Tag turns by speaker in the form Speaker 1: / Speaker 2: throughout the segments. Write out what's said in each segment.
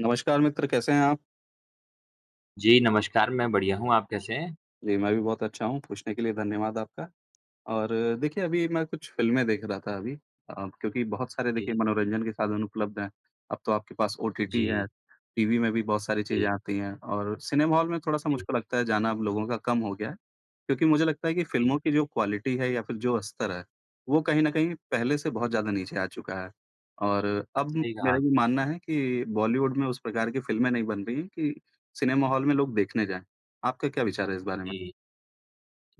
Speaker 1: नमस्कार मित्र, कैसे हैं आप?
Speaker 2: जी, नमस्कार, मैं बढ़िया हूँ, आप कैसे हैं?
Speaker 1: जी, मैं भी बहुत अच्छा हूँ, पूछने के लिए धन्यवाद आपका। और देखिए, अभी मैं कुछ फ़िल्में देख रहा था अभी, अ, क्योंकि बहुत सारे
Speaker 2: जी,
Speaker 1: देखिए मनोरंजन के साधन उपलब्ध हैं। अब तो आपके पास ओटीटी है,
Speaker 2: जी,
Speaker 1: टीवी में भी बहुत सारी चीज़ें
Speaker 2: जी,
Speaker 1: आती हैं और सिनेमा हॉल में थोड़ा-सा
Speaker 2: जी,
Speaker 1: मुझको लगता है जाना अब लोगों का कम हो गया है। क्योंकि मुझे लगता है कि
Speaker 2: जी,
Speaker 1: फ़िल्मों की जो क्वालिटी है या फिर जो स्तर है, वो कहीं न कहीं पहले से बहुत ज़्यादा नीचे आ चुका है। और अब
Speaker 2: सही कहा
Speaker 1: मेरा ये
Speaker 2: आपने।
Speaker 1: मानना है कि बॉलीवुड में उस प्रकार की फ़िल्में नहीं बन रही हैं कि सिनेमा हॉल में लोग देखने जाएँ। आपका क्या विचार है इस बारे में?
Speaker 2: जी,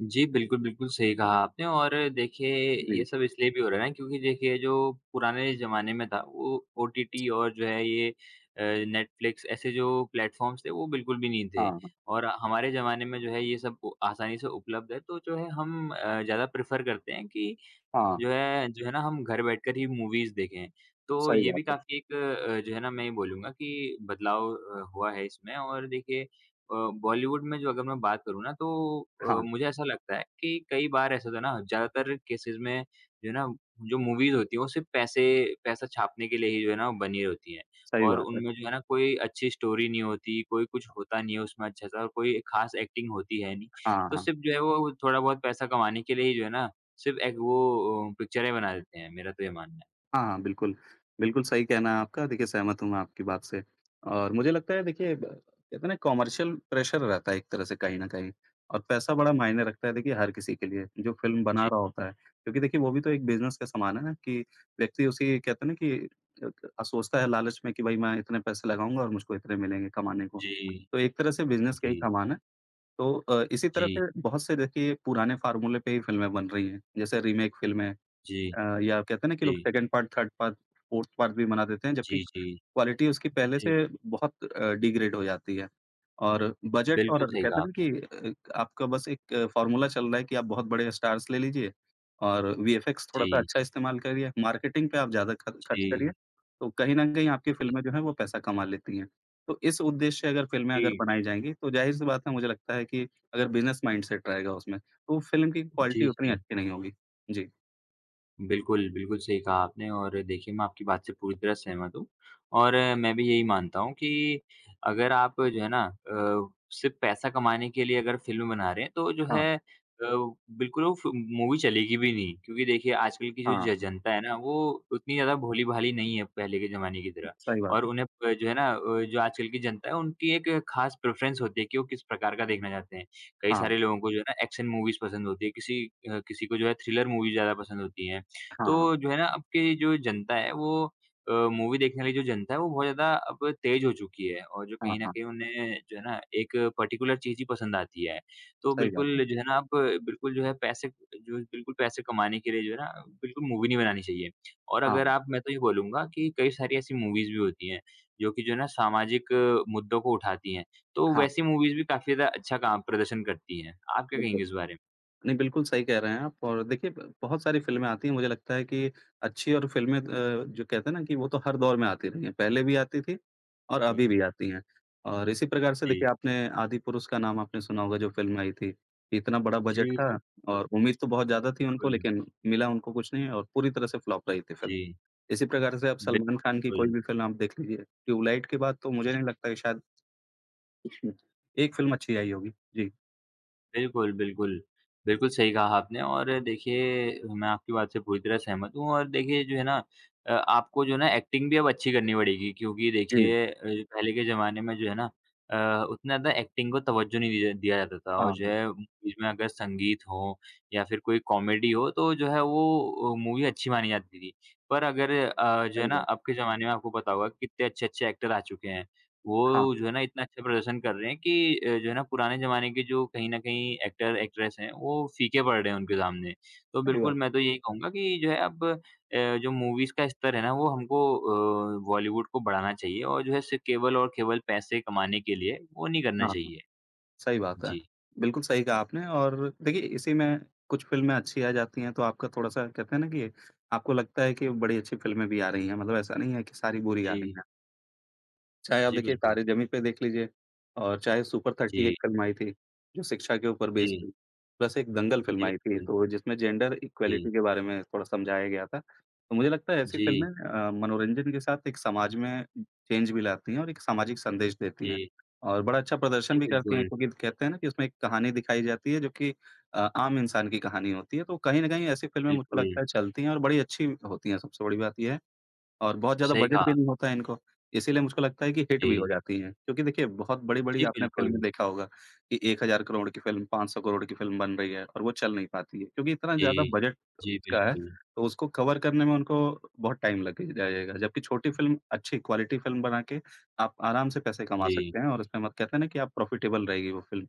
Speaker 2: जी बिल्कुल, बिल्कुल सही कहा आपने और देखिए
Speaker 1: जी।
Speaker 2: ये सब इसलिए भी हो रहा है ना क्योंकि देखिए जो पुराने ज़माने में था वो ओटीटी और जो है ये नेटफ्लिक्स ऐसे जो प्लेटफ़ॉर्म्स थे वो बिल्कुल भी नहीं थे
Speaker 1: हाँ,
Speaker 2: और हमारे ज़माने में जो है ये सब आसानी से उपलब्ध है तो जो है हम ज़्यादा प्रेफ़र करते हैं कि
Speaker 1: हाँ।
Speaker 2: जो है ना हम घर बैठकर ही मूवीज़ देखें। तो
Speaker 1: सही
Speaker 2: ये भी
Speaker 1: बात है।
Speaker 2: काफ़ी एक जो है ना मैं ये बोलूँगा कि बदलाव हुआ है इसमें और देखिए बॉलीवुड में जो अगर मैं बात करूँ ना तो
Speaker 1: हाँ,
Speaker 2: मुझे ऐसा लगता है कि कई बार ऐसा होता है ना ज़्यादातर केसेज़ में जो है ना जो मूवीज़ होती हैं वो सिर्फ़ पैसे पैसा छापने के लिए ही जो है ना वो बनी होती हैं।
Speaker 1: सही
Speaker 2: और
Speaker 1: बात है।
Speaker 2: उनमें जो है ना कोई अच्छी स्टोरी नहीं होती, कोई कुछ होता नहीं है उसमें अच्छा-सा और कोई ख़ास एक्टिंग होती है नहीं।
Speaker 1: हाँ,
Speaker 2: तो
Speaker 1: हाँ।
Speaker 2: सिर्फ़ जो है वो थोड़ा बहुत पैसा कमाने के लिए ही जो है ना सिर्फ़ एक वो पिक्चरें बना देते हैं, मेरा तो ये मानना है।
Speaker 1: हाँ, हाँ, बिल्कुल। बिल्कुल सही कहना है आपका। देखिए, सहमत हूँ मैं आपकी बात से और मुझे लगता है देखिए ब कहते हैं ना कमर्शियल प्रेशर रहता है एक तरह से कहीं न कहीं और पैसा बड़ा मायने रखता है देखिए हर किसी के लिए, जो फ़िल्म बना
Speaker 2: जी,
Speaker 1: रहा होता है। क्योंकि देखिए वो भी तो एक बिज़नेस के समान है ना कि व्यक्ति उसी कहते हैं ना कि अ सोचता है लालच में कि भई मैं इतने पैसे लगाऊँगा और मुझको इतने मिलेंगे कमाने को।
Speaker 2: जी,
Speaker 1: तो एक तरह से बिज़नेस का
Speaker 2: जी,
Speaker 1: ही कमान है। तो इसी तरह
Speaker 2: जी,
Speaker 1: से बहुत से देखिए पुराने फ़ॉर्मूले पे ही फ़िल्में बन रही हैं। जैसे रीमेक फ़िल्में,
Speaker 2: जी,
Speaker 1: या कहते हैं ना कि लोग
Speaker 2: जी,
Speaker 1: second part, third part, fourth part भी बना देते हैं, जबकि
Speaker 2: जी, जी,
Speaker 1: क्वालिटी उसकी पहले से
Speaker 2: जी।
Speaker 1: बहुत डिग्रेड हो जाती है। और बजट और
Speaker 2: बिल्कुल सही
Speaker 1: कहते
Speaker 2: कहा
Speaker 1: हैं ना
Speaker 2: आपने।
Speaker 1: कि, आपका बस एक फ़ॉर्मूला चल रहा है कि आप बहुत बड़े स्टार्स ले लीजिए और वीएफएक्स थोड़ा-सा
Speaker 2: जी,
Speaker 1: अच्छा इस्तेमाल करिए, मार्केटिंग पे आप ज़्यादा ख खर्च करिए,
Speaker 2: जी,
Speaker 1: तो कहीं न कहीं आपकी
Speaker 2: जी,
Speaker 1: फ़िल्में जो हैं वो पैसा कमा लेती हैं। तो इस उद्देश्य से अगर फ़िल्में अगर
Speaker 2: जी,
Speaker 1: बनाई जाएँगी, तो ज़ाहिर-सी बात है मुझे लगता है कि अगर बिज़नेस माइंडसेट रहेगा उसमें, तो फ़िल्म की क्वालिटी
Speaker 2: जी,
Speaker 1: उतनी
Speaker 2: जी।
Speaker 1: अच्छी नहीं होगी। जी।
Speaker 2: बिल्कुल, बिल्कुल सही कहा आपने और देखिए मैं आपकी बात से पूरी तरह सहमत हूँ और मैं भी यही मानता हूँ कि अगर आप जो है ना सिर्फ़ पैसा कमाने के लिए अगर फ़िल्म बना रहे हैं तो जो
Speaker 1: हाँ।
Speaker 2: है अ, बिल्कुल वो फ़ि मूवी चलेगी भी नहीं क्योंकि देखिए आजकल की जो ज
Speaker 1: हाँ।
Speaker 2: जनता है ना वो उतनी ज़्यादा भोली-भाली नहीं है पहले के ज़माने की तरह
Speaker 1: सही बात
Speaker 2: और
Speaker 1: है।
Speaker 2: उन्हें प जो है ना जो आजकल की जनता है उनकी एक ख़ास प्रेफ़रेंस होती है कि वो किस प्रकार का देखना चाहते हैं। कई
Speaker 1: हाँ,
Speaker 2: सारे लोगों को जो है ना एक्शन मूवीज़ पसंद होती है, किसी को जो है थ्रिलर मूवीज़ ज़्यादा पसंद होती हैं। तो
Speaker 1: हाँ,
Speaker 2: जो है ना, अब की जो जनता है वो मूवी देखने वाली जो जनता है वो बहुत ज़्यादा अब तेज़ हो चुकी है और जो
Speaker 1: हाँ,
Speaker 2: कहीं न
Speaker 1: हाँ,
Speaker 2: कहीं उन्हें जो है ना एक पर्टिकुलर चीज़ ही पसंद आती है। तो
Speaker 1: सही बात है।
Speaker 2: बिल्कुल जो है ना अब बिल्कुल जो है पैसे जो बिल्कुल पैसे कमाने के लिए जो है ना बिल्कुल मूवी नहीं बनानी चाहिए। और
Speaker 1: हाँ,
Speaker 2: अगर आप मैं तो ये बोलूँगा कि कई सारी ऐसी मूवीज़ भी होती हैं, जो कि जो है ना सामाजिक मुद्दों को उठाती हैं। तो
Speaker 1: हाँ,
Speaker 2: वैसी मूवीज़ भी काफ़ी ज़्यादा अच्छा काम प्रदर्शन करती हैं। आप क्या
Speaker 1: बिल्कुल।
Speaker 2: कहेंगे इस बारे में?
Speaker 1: नहीं, बिल्कुल सही कह रहे हैं आप और देखिए ब बहुत सारी फ़िल्में आती हैं, मुझे लगता है कि अच्छी और फ़िल्में, जो कहते हैं ना कि वो तो हर दौर में आती रही हैं, पहले भी आती थी और अभी
Speaker 2: जी।
Speaker 1: भी आती हैं। और इसी प्रकार से
Speaker 2: जी,
Speaker 1: देखिए आपने आदि पुरुष का नाम आपने सुना होगा जो फ़िल्म आई थी, इतना बड़ा
Speaker 2: जी,
Speaker 1: बजट था
Speaker 2: जी। बिल्कुल,
Speaker 1: और उम्मीद तो बहुत ज़्यादा थी उनको
Speaker 2: बिल्कुल।
Speaker 1: लेकिन मिला उनको कुछ नहीं और पूरी तरह से फ्लॉप रही थी
Speaker 2: जी।
Speaker 1: फ़िल्म। इसी प्रकार से आप सलमान
Speaker 2: बिल्कुल,
Speaker 1: खान की कोई
Speaker 2: बिल्कुल।
Speaker 1: भी फ़िल्म आप देख लीजिए, ट्यूबलाइट के बाद तो मुझे नहीं लगता कि शायद हुँ, एक फ़िल्म अच्छी आई होगी। जी।
Speaker 2: बिल्कुल, बिल्कुल। बिल्कुल सही कहा आपने और देखिए मैं आपकी बात से पूरी तरह सहमत हूँ और देखिए जो है ना आपको जो है ना एक्टिंग भी अब अच्छी करनी पड़ेगी क्योंकि
Speaker 1: जी,
Speaker 2: देखिए पहले के ज़माने में जो है ना उतना ज़्यादा एक्टिंग को तवज्जो नहीं दिया दिया जाता था और
Speaker 1: हाँ,
Speaker 2: जो है मूवीज़ में अगर संगीत हो या फिर कोई कॉमेडी हो तो जो है वो मूवी अच्छी मानी जाती थी। पर अगर जो है
Speaker 1: सही
Speaker 2: ना
Speaker 1: बात।
Speaker 2: अब के ज़माने में आपको पता होगा कितने अच्छे-अच्छे एक्टर आ चुके हैं।
Speaker 1: हाँ,
Speaker 2: वो जो है ना इतना अच्छा प्रदर्शन कर रहे हैं कि जो है ना पुराने ज़माने के जो कहीं न कहीं एक्टर एक्ट्रेस हैं, वो फीके पड़ रहे हैं उनके सामने। तो
Speaker 1: सही
Speaker 2: बिल्कुल
Speaker 1: बात।
Speaker 2: मैं तो यही कहूँगा कि जो है अब जो मूवीज़ का स्तर है ना वो हमको बॉलीवुड को बढ़ाना चाहिए और जो है सिर्फ़ केवल और केवल पैसे कमाने के लिए वो नहीं करना
Speaker 1: हाँ, हाँ,
Speaker 2: चाहिए।
Speaker 1: सही बात है।
Speaker 2: जी।
Speaker 1: बिल्कुल सही कहा आपने और देखिए इसी में कुछ फ़िल्में अच्छी आ जाती हैं तो आपका थोड़ा-सा कहते हैं ना कि आपको लगता है कि बड़ी अच्छी फ़िल्में भी आ रही हैं, मतलब ऐसा नहीं है कि सारी बुरी आ रही
Speaker 2: जी।
Speaker 1: हैं। चाहे आप
Speaker 2: जी,
Speaker 1: देखिए
Speaker 2: बिल्कुल।
Speaker 1: तारे ज़मीं पे देख लीजिए और चाहे सुपर 30
Speaker 2: जी,
Speaker 1: एक फ़िल्म आई थी, जो शिक्षा के ऊपर बेस्ड
Speaker 2: जी।
Speaker 1: थी। प्लस एक दंगल फ़िल्म
Speaker 2: जी,
Speaker 1: आई थी,
Speaker 2: बिल्कुल।
Speaker 1: तो जिसमें जेंडर
Speaker 2: जी।
Speaker 1: इक्वालिटी के बारे में थोड़ा समझाया गया था। तो मुझे लगता है ऐसी
Speaker 2: जी,
Speaker 1: फ़िल्में मनोरंजन के साथ एक समाज में चेंज भी लाती हैं और एक सामाजिक संदेश देती हैं।
Speaker 2: जी।
Speaker 1: और बड़ा अच्छा
Speaker 2: जी,
Speaker 1: प्रदर्शन भी करती हैं
Speaker 2: बिल्कुल,
Speaker 1: क्योंकि कहते हैं ना कि उसमें एक कहानी दिखाई जाती है जो कि आम इंसान की कहानी होती है, तो कहीं न कहीं ऐसी फ़िल्में मुझको
Speaker 2: बिल्कुल।
Speaker 1: लगता है चलती हैं और बड़ी अच्छी होती हैं। सबसे बड़ी बात ये है और बहुत ज़्यादा
Speaker 2: सही
Speaker 1: बजट भी
Speaker 2: कहा।
Speaker 1: नहीं होता है इनको, इसीलिए मुझको लगता है कि हिट भी
Speaker 2: जी।
Speaker 1: हो जाती हैं। क्योंकि देखिए बहुत बड़ी-बड़ी
Speaker 2: जी,
Speaker 1: आपने फ़िल्में
Speaker 2: बिल्कुल।
Speaker 1: देखा होगा कि 1000 करोड़ की फ़िल्म, 500 करोड़ की फ़िल्म बन रही है और वो चल नहीं पाती है, क्योंकि इतना ज़्यादा
Speaker 2: जी।
Speaker 1: बजट
Speaker 2: जी,
Speaker 1: का है,
Speaker 2: बिल्कुल।
Speaker 1: तो उसको कवर करने में उनको बहुत टाइम लग ही जाएगा। जबकि छोटी फ़िल्म, अच्छी क्वालिटी फ़िल्म बना के आप आराम से पैसे कमा
Speaker 2: जी।
Speaker 1: सकते हैं और उसमें मत कहते हैं ना कि आप प्रॉफ़िटेबल रहेगी वो फ़िल्म।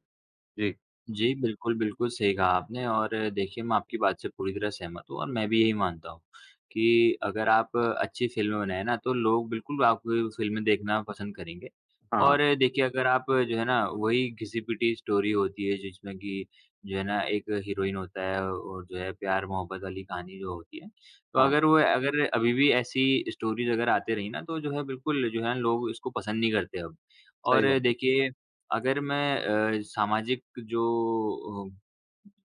Speaker 1: जी।
Speaker 2: जी, बिल्कुल, बिल्कुल सही कहा आपने और देखिए मैं आपकी बात से पूरी तरह सहमत हूँ और मैं भी यही मानता हूँ कि अगर आप अच्छी फ़िल्में बनाएँ ना तो लोग बिल्कुल आपकी फ़िल्में देखना पसंद करेंगे।
Speaker 1: हाँ,
Speaker 2: और देखिए अगर आप जो है ना वही घिसी-पिटी स्टोरी होती है जिसमें कि जो है ना एक हीरोइन होता है और जो है प्यार-मोहब्बत वाली कहानी जो होती है। तो
Speaker 1: हाँ,
Speaker 2: अगर अभी भी ऐसी स्टोरीज़ अगर आते रही ना तो जो है बिल्कुल जो है लोग इसको पसंद नहीं करते अब।
Speaker 1: सही
Speaker 2: और
Speaker 1: बात है।
Speaker 2: देखिए अगर मैं जो अ,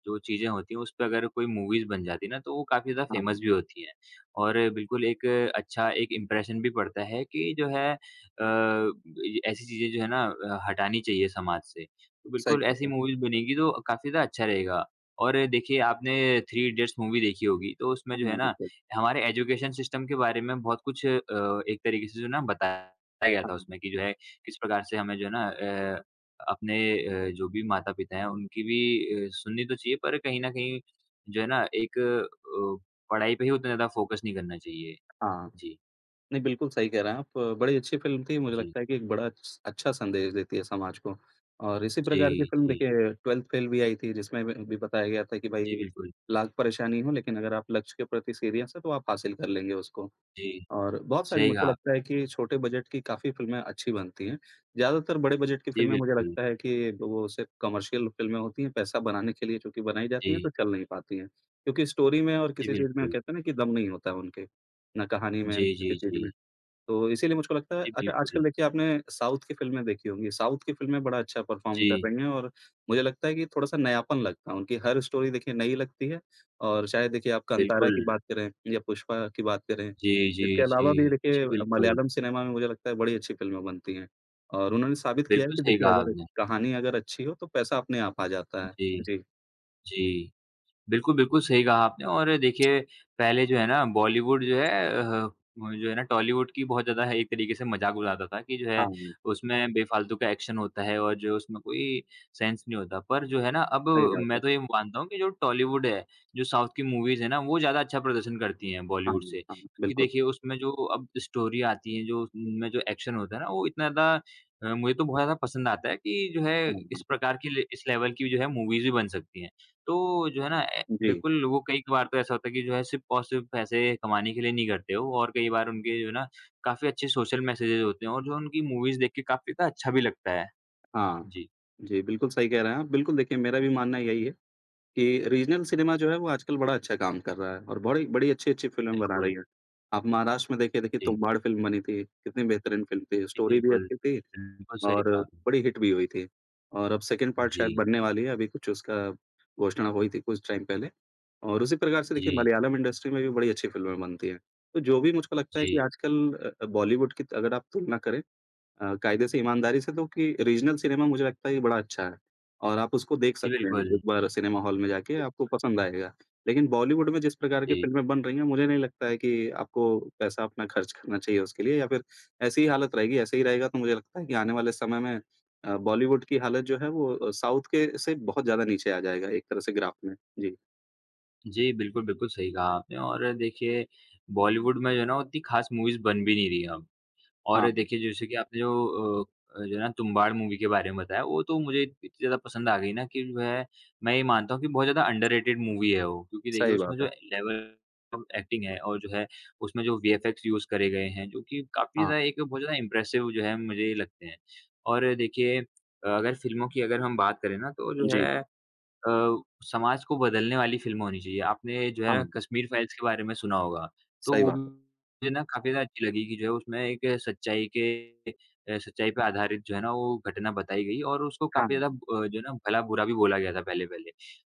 Speaker 2: जो चीज़ें होती हैं, उस पे अगर कोई मूवीज़ बन जाती है ना, तो वो काफ़ी ज़्यादा
Speaker 1: हाँ,
Speaker 2: फ़ेमस भी होती हैं। और बिल्कुल एक अच्छा एक इम्प्रेशन भी पड़ता है कि जो है य ऐसी चीज़ें जो है ना हटानी चाहिए समाज से। तो
Speaker 1: सही
Speaker 2: बिल्कुल
Speaker 1: बात
Speaker 2: ऐसी
Speaker 1: है।
Speaker 2: मूवीज़ बनेगी तो काफ़ी ज़्यादा अच्छा रहेगा। और देखिए आपने थ्री इडियट्स मूवी देखी होगी, तो उसमें जो है
Speaker 1: हाँ,
Speaker 2: ना
Speaker 1: बिल्कुल।
Speaker 2: हमारे एजुकेशन सिस्टम के बारे में बहुत कुछ एक तरीके से जो ना बताया गया
Speaker 1: हाँ,
Speaker 2: था उसमें कि जो है किस प्रकार से हमें जो है ना अपने जो भी माता-पिता हैं उनकी भी सुननी तो चाहिए पर कहीं न कहीं जो है ना एक पढ़ाई पे ही उतना ज़्यादा फ़ोकस नहीं करना चाहिए।
Speaker 1: हाँ।
Speaker 2: जी,
Speaker 1: नहीं, बिल्कुल सही कह रहे हैं आप। बड़ी अच्छी फ़िल्म थी, मुझे
Speaker 2: जी,
Speaker 1: लगता है कि एक बड़ा अच्छा संदेश देती है समाज को। और इसी प्रकार की
Speaker 2: जी,
Speaker 1: फ़िल्म
Speaker 2: जी,
Speaker 1: देखिए, ट्वेल्थ फ़ेल भी आई थी, जिसमें भी बताया गया था कि भाई,
Speaker 2: जी, बिल्कुल।
Speaker 1: लाख परेशानी हो, लेकिन अगर आप लक्ष्य के प्रति सीरियस हैं, तो आप हासिल कर लेंगे उसको।
Speaker 2: जी,
Speaker 1: और बहुत सारी
Speaker 2: सही
Speaker 1: मुझको
Speaker 2: कहा। आप।
Speaker 1: लगता है कि छोटे बजट की काफ़ी फ़िल्में अच्छी बनती हैं। ज़्यादातर बड़े बजट की
Speaker 2: जी,
Speaker 1: फ़िल्में मुझे
Speaker 2: बिल्कुल।
Speaker 1: लगता है कि वो सिर्फ़ कमर्शियल फ़िल्में होती हैं, पैसा बनाने के लिए चूँकि बनाई जाती हैं,
Speaker 2: जी,
Speaker 1: तो चल नहीं पाती हैं। क्योंकि स्टोरी में और
Speaker 2: जी,
Speaker 1: किसी चीज़ में
Speaker 2: बिल्कुल।
Speaker 1: कहते हैं ना कि दम नहीं होता है उनके, ना कहानी में,
Speaker 2: जी,
Speaker 1: ना
Speaker 2: जी,
Speaker 1: किसी
Speaker 2: जी,
Speaker 1: चीज़ में। तो इसीलिए मुझको लगता है
Speaker 2: जी,
Speaker 1: अच्छा
Speaker 2: बिल्कुल।
Speaker 1: आजकल देखिए आपने साउथ की फ़िल्में देखी होंगी, साउथ की फ़िल्में बड़ा अच्छा परफ़ॉर्म कर
Speaker 2: जी,
Speaker 1: रही हैं और मुझे लगता है कि थोड़ा-सा नयापन लगता है, उनकी हर स्टोरी देखिए नई लगती है और चाहे देखिए आप कांतारा की
Speaker 2: बिल्कुल।
Speaker 1: बात करें या पुष्पा की बात करें,
Speaker 2: जी, जी,
Speaker 1: इसके
Speaker 2: जी,
Speaker 1: अलावा भी
Speaker 2: जी,
Speaker 1: देखिए
Speaker 2: बिल्कुल।
Speaker 1: मलयालम सिनेमा में मुझे लगता है बड़ी अच्छी फ़िल्में बनती हैं और उन्होंने साबित किया है
Speaker 2: बिल्कुल
Speaker 1: कि
Speaker 2: सही
Speaker 1: देखिए
Speaker 2: कहा
Speaker 1: अगर
Speaker 2: आपने।
Speaker 1: कहानी अगर अच्छी हो तो पैसा अपने आप आ जाता है।
Speaker 2: जी,
Speaker 1: जी,
Speaker 2: जी। बिल्कुल, बिल्कुल सही कहा आपने और देखिए पहले जो है ना बॉलीवुड जो है जो है ना टॉलीवुड की बहुत ज़्यादा है एक तरीके से मज़ाक उड़ाता था कि जो है
Speaker 1: हाँ,
Speaker 2: उसमें बेफ़ालतू का एक्शन होता है और जो उसमें कोई सेंस नहीं होता। पर जो है ना अब
Speaker 1: सही बात
Speaker 2: मैं
Speaker 1: है।
Speaker 2: तो ये मानता हूँ कि जो टॉलीवुड है, जो साउथ की मूवीज़ है ना वो ज़्यादा अच्छा प्रदर्शन करती हैं
Speaker 1: हाँ,
Speaker 2: बॉलीवुड से।
Speaker 1: हाँ,
Speaker 2: क्योंकि
Speaker 1: बिल्कुल।
Speaker 2: देखिए उसमें जो अब स्टोरी आती है जो उनमें जो एक्शन होता है ना वो इतना ज़्यादा मुझे तो बहुत ज़्यादा पसंद आता है कि जो है
Speaker 1: हाँ,
Speaker 2: इस
Speaker 1: हाँ।
Speaker 2: प्रकार की ले इस लेवल की जो है मूवीज़ भी बन सकती हैं। तो जो है ना ए
Speaker 1: जी,
Speaker 2: बिल्कुल वो कई कबार तो ऐसा होता है कि जो है सिर्फ़ और सिर्फ़ पैसे कमाने के लिए नहीं करते हो और कई बार उनके जो है ना काफ़ी अच्छे सोशल मैसेजेज़ होते हैं और जो उनकी मूवीज़ देख के काफ़ी का अच्छा भी लगता है।
Speaker 1: हाँ।
Speaker 2: जी,
Speaker 1: जी, बिल्कुल सही कह रहे हैं आप। बिल्कुल देखिए मेरा भी मानना यही है। कि रीजनल सिनेमा जो है वो आजकल बड़ा अच्छा काम कर रहा है और बड़ी बड़ी अच्छी-अच्छी फ़िल्में बना
Speaker 2: बिल्कुल।
Speaker 1: रही है। आप महाराष्ट्र में देखिए, देखिए
Speaker 2: जी,
Speaker 1: तुम्बाड़ फ़िल्म बनी थी, कितनी बेहतरीन फ़िल्म थी,
Speaker 2: जी,
Speaker 1: स्टोरी भी
Speaker 2: बिल्कुल।
Speaker 1: अच्छी थी
Speaker 2: बिल्कुल सही
Speaker 1: और
Speaker 2: कहा आपने।
Speaker 1: बड़ी हिट भी हुई थी। और अब सेकंड पार्ट
Speaker 2: जी,
Speaker 1: शायद बनने वाली है, अभी कुछ उसका घोषणा हुई थी कुछ टाइम पहले। और उसी प्रकार से देखिए
Speaker 2: जी,
Speaker 1: मलयालम इंडस्ट्री में भी बड़ी अच्छी फ़िल्में बनती हैं। तो जो भी मुझको लगता है कि
Speaker 2: जी।
Speaker 1: आजकल बॉलीवुड की अगर आप तुलना करें, कायदे से, ईमानदारी से तो कि रीजनल सिनेमा मुझे लगता है ये बड़ा अच्छा है और आप उसको देख
Speaker 2: जी,
Speaker 1: सकते हैं
Speaker 2: बिल्कुल।
Speaker 1: एक बार सिनेमा हॉल में जाके, आपको पसंद आएगा। लेकिन बॉलीवुड में जिस प्रकार की
Speaker 2: जी।
Speaker 1: फ़िल्में बन रही हैं, मुझे नहीं लगता है कि आपको पैसा अपना खर्च करना चाहिए उसके लिए या फिर ऐसी ही हालत रहेगी, ऐसे ही रहेगा तो मुझे लगता है कि आने वाले समय में बॉलीवुड की हालत जो है वो साउथ के से बहुत ज़्यादा नीचे आ जाएगा एक तरह से ग्राफ में। जी,
Speaker 2: जी, बिल्कुल, बिल्कुल सही कहा आपने और देखिए बॉलीवुड में जो है ना उतनी ख़ास मूवीज़ बन भी नहीं रही अब।
Speaker 1: हाँ,
Speaker 2: और देखिए जैसे कि आपने जो है ना तुम्बाड़ मूवी के बारे में बताया, वो तो मुझे इतनी ज़्यादा पसंद आ गई ना कि जो है, मैं ये मानता हूँ कि बहुत ज़्यादा अंडररेटेड मूवी है वो। क्योंकि देखिए
Speaker 1: सही
Speaker 2: उसमें
Speaker 1: बात
Speaker 2: जो
Speaker 1: है।
Speaker 2: लेवल ऑफ एक्टिंग है और जो है उसमें जो वीएफएक्स यूज़ करे गए हैं, जो कि काफ़ी
Speaker 1: हाँ,
Speaker 2: ज़्यादा एक बहुत ज़्यादा इम्प्रेसिव जो है मुझे लगते हैं। और देखिए अगर फ़िल्मों की अगर हम बात करें ना तो जो है
Speaker 1: जी,
Speaker 2: अ, समाज को बदलने वाली फ़िल्म होनी चाहिए। आपने जो है
Speaker 1: हाँ,
Speaker 2: कश्मीर फाइल्स के बारे में सुना होगा, तो
Speaker 1: सही
Speaker 2: वो भी
Speaker 1: बात है।
Speaker 2: मुझे ना काफ़ी ज़्यादा अच्छी लगी कि जो है उसमें एक सच्चाई के अ, सच्चाई पे आधारित जो है ना वो घटना बताई गई और उसको
Speaker 1: हाँ,
Speaker 2: काफ़ी ज़्यादा जो है ना भला-बुरा भी बोला गया था पहले-पहले।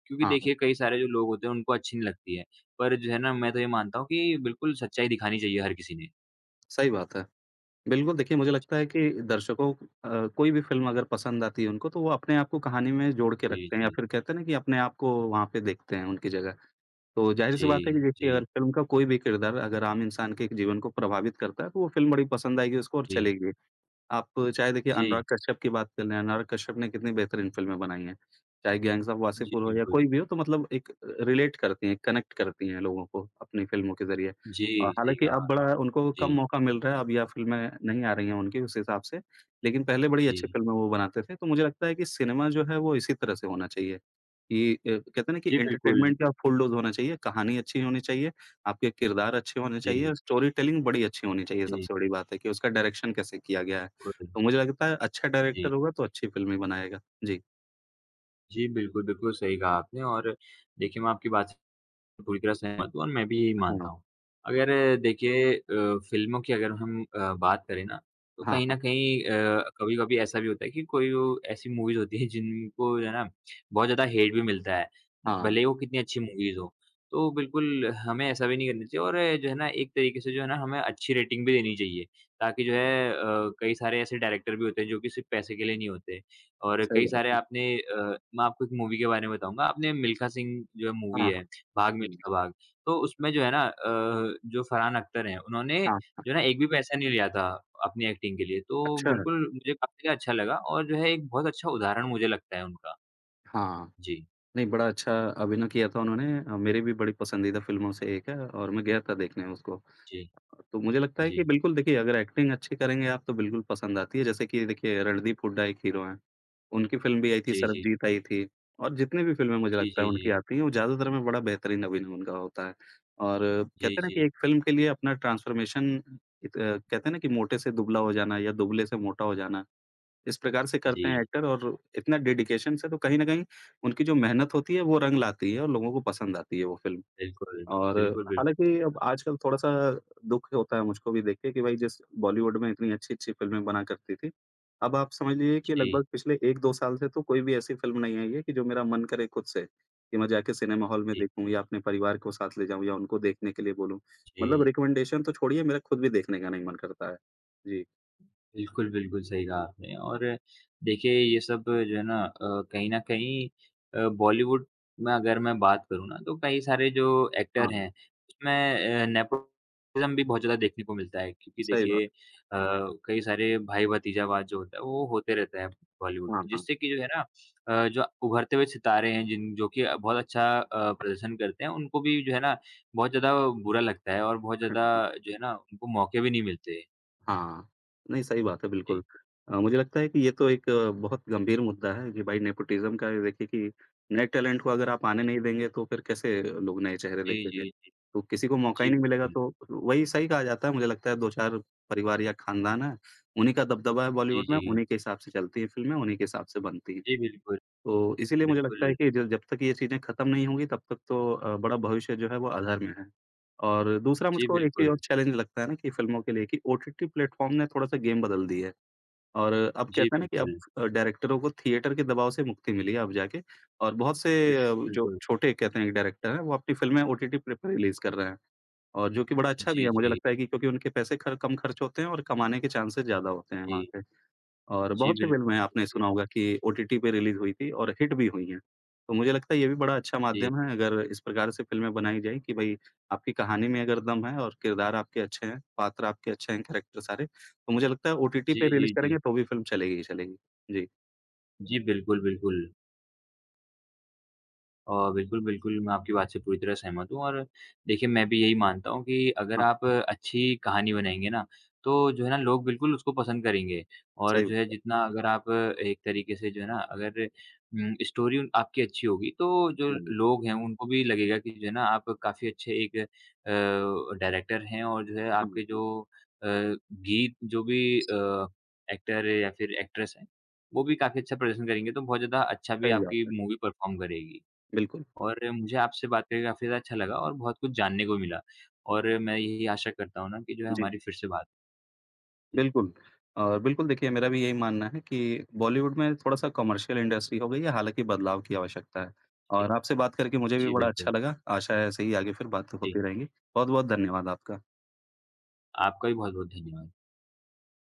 Speaker 2: क्योंकि
Speaker 1: हाँ, हाँ,
Speaker 2: देखिए कई सारे जो लोग होते हैं उनको अच्छी नहीं लगती है, पर जो है ना मैं तो ये मानता हूँ कि बिल्कुल सच्चाई दिखानी चाहिए हर किसी ने।
Speaker 1: सही बात है। बिल्कुल, देखिए मुझे लगता है कि दर्शकों को, कोई भी फ़िल्म अगर पसंद आती है उनको तो वो अपने आप को कहानी में जोड़ के
Speaker 2: जी,
Speaker 1: रखते हैं या
Speaker 2: जी।
Speaker 1: फिर कहते हैं ना कि अपने आप को वहाँ पे देखते हैं उनकी जगह। तो
Speaker 2: जी,
Speaker 1: ज़ाहिर-सी बात है कि देखिए
Speaker 2: जी,
Speaker 1: अगर फ़िल्म का कोई भी किरदार अगर आम इंसान के जीवन को प्रभावित करता है तो वो फ़िल्म बड़ी पसंद आएगी उसको और
Speaker 2: जी,
Speaker 1: चलेगी। आप चाहे देखिए
Speaker 2: जी,
Speaker 1: अनुराग कश्यप की बात कर लें, अनुराग कश्यप ने कितनी बेहतरीन फ़िल्में बनाई हैं। चाहे गैंग्स ऑफ
Speaker 2: जी,
Speaker 1: वासेपुर हो या
Speaker 2: बिल्कुल।
Speaker 1: कोई भी हो तो मतलब एक रिलेट करती हैं, कनेक्ट करती हैं लोगों को अपनी फ़िल्मों के ज़रिए।
Speaker 2: जी, सही
Speaker 1: हालाँकि
Speaker 2: कहा
Speaker 1: अब
Speaker 2: आपने।
Speaker 1: बड़ा उनको कम
Speaker 2: जी,
Speaker 1: मौका मिल रहा है, अब यह फ़िल्में नहीं आ रही हैं उनकी उस हिसाब से, लेकिन पहले बड़ी
Speaker 2: जी।
Speaker 1: अच्छी फ़िल्में वो बनाते थे। तो मुझे लगता है कि सिनेमा जो है वो इसी तरह से होना चाहिए कि कहते हैं ना कि
Speaker 2: जी, बिल्कुल।
Speaker 1: एंटरटेनमेंट का फुल डोज़ होना चाहिए, कहानी अच्छी होनी चाहिए, आपके किरदार अच्छे होने चाहिए
Speaker 2: जी।
Speaker 1: और स्टोरी टेलिंग बड़ी अच्छी होनी चाहिए,
Speaker 2: जी,
Speaker 1: सबसे बड़ी बात है कि उसका डायरेक्शन कैसे किया गया है।
Speaker 2: बिल्कुल।
Speaker 1: तो मुझे लगता है अच्छा
Speaker 2: जी।
Speaker 1: डायरेक्टर होगा तो अच्छी फ़िल्में बनाएगा। जी।
Speaker 2: जी, बिल्कुल, बिल्कुल सही कहा आपने और देखिए मैं आपकी बात से पूरी तरह सहमत हूँ और मैं भी यही
Speaker 1: हाँ,
Speaker 2: मानता हूँ। अगर देखिए फ़िल्मों की अगर हम बात करें ना, तो
Speaker 1: हाँ,
Speaker 2: कहीं
Speaker 1: हाँ,
Speaker 2: न कहीं कभी-कभी ऐसा भी होता है कि कोई वो ऐसी मूवीज़ होती हैं जिनको जो है ना बहुत ज़्यादा हेट भी मिलता है,
Speaker 1: हाँ,
Speaker 2: भले ही वो कितनी अच्छी मूवीज़ हो। तो बिल्कुल हमें ऐसा भी नहीं करना चाहिए और जो है ना एक तरीके से जो है ना हमें अच्छी रेटिंग भी देनी चाहिए, ताकि जो है कई सारे ऐसे डायरेक्टर भी होते हैं जो कि सिर्फ़ पैसे के लिए नहीं होते और कई
Speaker 1: सही बात
Speaker 2: सारे
Speaker 1: है।
Speaker 2: आपने अ, मैं आपको एक मूवी के बारे में बताऊँगा, आपने मिल्खा सिंह जो है मूवी
Speaker 1: हाँ,
Speaker 2: है,
Speaker 1: हाँ,
Speaker 2: भाग
Speaker 1: हुँ,
Speaker 2: मिल्खा भाग। तो उसमें जो है ना जो फरहान अख्तर हैं, उन्होंने
Speaker 1: हाँ, हाँ।
Speaker 2: जो है ना एक भी पैसा नहीं लिया था अपनी एक्टिंग के लिए। तो
Speaker 1: अच्छा है।
Speaker 2: बिल्कुल मुझे काफ़ी अच्छा लगा और जो है एक बहुत अच्छा उदाहरण मुझे लगता है उनका।
Speaker 1: हाँ,
Speaker 2: जी,
Speaker 1: नहीं बड़ा अच्छा अभिनय किया था उन्होंने, मेरी भी बड़ी पसंदीदा फ़िल्मों से एक है और मैं गया था देखने उसको।
Speaker 2: जी,
Speaker 1: तो मुझे लगता है
Speaker 2: जी,
Speaker 1: कि बिल्कुल देखिए अगर एक्टिंग अच्छी करेंगे आप तो बिल्कुल पसंद आती है। जैसे कि देखिए रणदीप हुड्डा एक हीरो हैं। उनकी फ़िल्म भी आई थी,
Speaker 2: जी, जी,
Speaker 1: सरबजीत आई थी और जितनी भी फ़िल्में मुझे
Speaker 2: जी,
Speaker 1: लगता है
Speaker 2: जी, जी,
Speaker 1: उनकी आती हैं, वो ज़्यादातर में बड़ा बेहतरीन अभिनय उनका होता है। और हाँ। कहते
Speaker 2: जी,
Speaker 1: हैं ना
Speaker 2: जी,
Speaker 1: कि एक फ़िल्म के लिए अपना ट्रांसफ़ॉर्मेशन कहते हैं ना कि मोटे से दुबला हो जाना या दुबले से मोटा हो जाना, इस प्रकार से
Speaker 2: जी,
Speaker 1: करते हैं एक्टर और इतना डेडिकेशन से तो कहीं न कहीं उनकी जो मेहनत होती है, वो रंग लाती है और लोगों को पसंद आती है वो फ़िल्म।
Speaker 2: बिल्कुल,
Speaker 1: और
Speaker 2: बिल्कुल, बिल्कुल।
Speaker 1: हालाँकि अब आजकल थोड़ा-सा दुःख होता है मुझको भी देख के कि भाई जिस बॉलीवुड में इतनी अच्छी-अच्छी फ़िल्में बना करती थी, अब आप समझ लीजिए कि
Speaker 2: जी,
Speaker 1: लगभग पिछले 1-2 साल से तो कोई भी ऐसी फ़िल्म नहीं आई है कि जो मेरा मन करे खुद से, कि मैं जाके सिनेमा हॉल में
Speaker 2: जी,
Speaker 1: देखूँ या अपने परिवार को साथ ले जाऊँ या उनको देखने के लिए बोलूँ। मतलब
Speaker 2: जी।
Speaker 1: रिकमेंडेशन तो छोड़िए मेरा खुद भी देखने का नहीं मन करता है। जी,
Speaker 2: बिल्कुल, बिल्कुल, सही कहा आपने और देखिए ये सब जो है ना कहीं न कहीं बॉलीवुड में अगर मैं बात करूँ ना तो कई सारे जो एक्टर
Speaker 1: हाँ,
Speaker 2: हैं उसमें नेपोटिज़्म भी बहुत ज़्यादा देखने को मिलता है क्योंकि
Speaker 1: सही बात
Speaker 2: देखिए
Speaker 1: है।
Speaker 2: कई सारे भाई-भतीजावाद जो होता है वो होते रहता है बॉलीवुड में
Speaker 1: हाँ, हाँ।
Speaker 2: जिससे कि जो है ना जो उभरते हुए सितारे हैं जिन जो कि बहुत अच्छा प्रदर्शन करते हैं उनको भी जो है ना बहुत ज़्यादा बुरा लगता है और बहुत ज़्यादा जो है ना उनको मौके भी नहीं मिलते।
Speaker 1: हाँ, नहीं सही बात है बिल्कुल।
Speaker 2: जी,
Speaker 1: मुझे लगता है कि ये तो एक बहुत गंभीर मुद्दा है कि भाई नेपोटिज़्म का ये देखिए कि नए टैलेंट को अगर आप आने
Speaker 2: जी।
Speaker 1: नहीं देंगे तो फिर कैसे लोग नए चेहरे
Speaker 2: जी,
Speaker 1: देखेंगे?
Speaker 2: जी।
Speaker 1: तो किसी को मौका
Speaker 2: जी,
Speaker 1: ही नहीं मिलेगा
Speaker 2: बिल्कुल।
Speaker 1: तो वही सही कहा जाता है मुझे लगता है 2-4 परिवार या खानदान है, उन्हीं का दबदबा है
Speaker 2: जी,
Speaker 1: बॉलीवुड में,
Speaker 2: जी।
Speaker 1: उन्हीं के हिसाब से चलती है फ़िल्में, उन्हीं के हिसाब से बनती हैं।
Speaker 2: जी, बिल्कुल,
Speaker 1: तो इसीलिए मुझे लगता है
Speaker 2: बिल्कुल।
Speaker 1: कि ज जब तक ये चीज़ें खत्म नहीं होंगी तब तक तो बड़ा भविष्य जो है वो अंधार में है। और दूसरा
Speaker 2: जी,
Speaker 1: मुझको एक चीज़
Speaker 2: बिल्कुल।
Speaker 1: और चैलेंज लगता है ना कि फ़िल्मों के लिए कि ओटीटी प्लेटफ़ॉर्म ने थोड़ा-सा गेम बदल दी है। और अब
Speaker 2: जी,
Speaker 1: कहते हैं ना कि अब
Speaker 2: बिल्कुल।
Speaker 1: डायरेक्टरों को थिएटर के दबाव से मुक्ति मिली है अब जाके और बहुत
Speaker 2: बिल
Speaker 1: से जो
Speaker 2: बिल्कुल।
Speaker 1: छोटे कहते हैं डायरेक्टर हैं वो अपनी फ़िल्में ओटीटी पे पे रिलीज़ कर रहे हैं। और जो कि बड़ा अच्छा भी
Speaker 2: जी,
Speaker 1: है मुझे
Speaker 2: जी,
Speaker 1: लगता है कि क्योंकि उनके पैसे खर कम खर्च होते हैं और कमाने के चांसेज़ ज़्यादा होते हैं वहाँ
Speaker 2: जी।
Speaker 1: पे। और
Speaker 2: जी,
Speaker 1: बहुत सी फ़िल्में
Speaker 2: बिल्कुल
Speaker 1: आपने
Speaker 2: सही
Speaker 1: सुना
Speaker 2: कहा।
Speaker 1: होगा कि ओटीटी पे रिलीज़ हुई थी और हिट भी हुई हैं। तो मुझे लगता है ये भी बड़ा अच्छा
Speaker 2: जी।
Speaker 1: माध्यम है अगर इस प्रकार से फ़िल्में बनाई जाएँ कि भई आपकी कहानी में अगर दम है और किरदार आपके अच्छे हैं, पात्र आपके अच्छे हैं, कैरेक्टर सारे, तो मुझे लगता है ओटीटी
Speaker 2: जी,
Speaker 1: पे
Speaker 2: जी,
Speaker 1: रिलीज़
Speaker 2: जी।
Speaker 1: करेंगे तो भी फ़िल्म चलेगी ही चलेगी। जी,
Speaker 2: जी, बिल्कुल, बिल्कुल। बिल्कुल, बिल्कुल, मैं आपकी बात से पूरी तरह सहमत हूँ और देखिए मैं भी यही मानता हूँ कि अगर
Speaker 1: हाँ,
Speaker 2: आप अच्छी कहानी बनाएँगे ना, तो जो है ना लोग बिल्कुल उसको पसंद करेंगे और
Speaker 1: सही
Speaker 2: जो है
Speaker 1: बात है।
Speaker 2: जितना अगर आप एक तरीके से जो है ना अगर स्टोरी उन आपकी अच्छी होगी तो जो
Speaker 1: हुँ,
Speaker 2: लोग हैं उनको भी लगेगा कि जो है ना आप काफ़ी अच्छे एक डायरेक्टर हैं और जो है
Speaker 1: हाँ
Speaker 2: आपके
Speaker 1: जी,
Speaker 2: जो गीत जो भी एक्टर या फिर एक्ट्रेस हैं, वो भी काफ़ी अच्छा प्रदर्शन करेंगे तो बहुत ज़्यादा अच्छा भी
Speaker 1: सही बात
Speaker 2: आपकी
Speaker 1: है।
Speaker 2: मूवी परफ़ॉर्म करेगी।
Speaker 1: बिल्कुल,
Speaker 2: और मुझे आपसे बात करके काफ़ी ज़्यादा अच्छा लगा और बहुत कुछ जानने को मिला और मैं यही आशा करता हूँ ना कि जो है
Speaker 1: जी।
Speaker 2: हमारी फिर से बात होगी।
Speaker 1: बिल्कुल। और बिल्कुल देखिए मेरा भी यही मानना है कि बॉलीवुड में थोड़ा-सा कमर्शियल इंडस्ट्री हो गई है, हालाँकि बदलाव की आवश्यकता है। और आपसे बात करके मुझे भी
Speaker 2: जी,
Speaker 1: बड़ा
Speaker 2: बिल्कुल।
Speaker 1: अच्छा लगा, आशा है ऐसे ही आगे फिर बात
Speaker 2: जी,
Speaker 1: होती रहेंगी। बहुत-बहुत धन्यवाद आपका।
Speaker 2: आपका भी बहुत-बहुत धन्यवाद।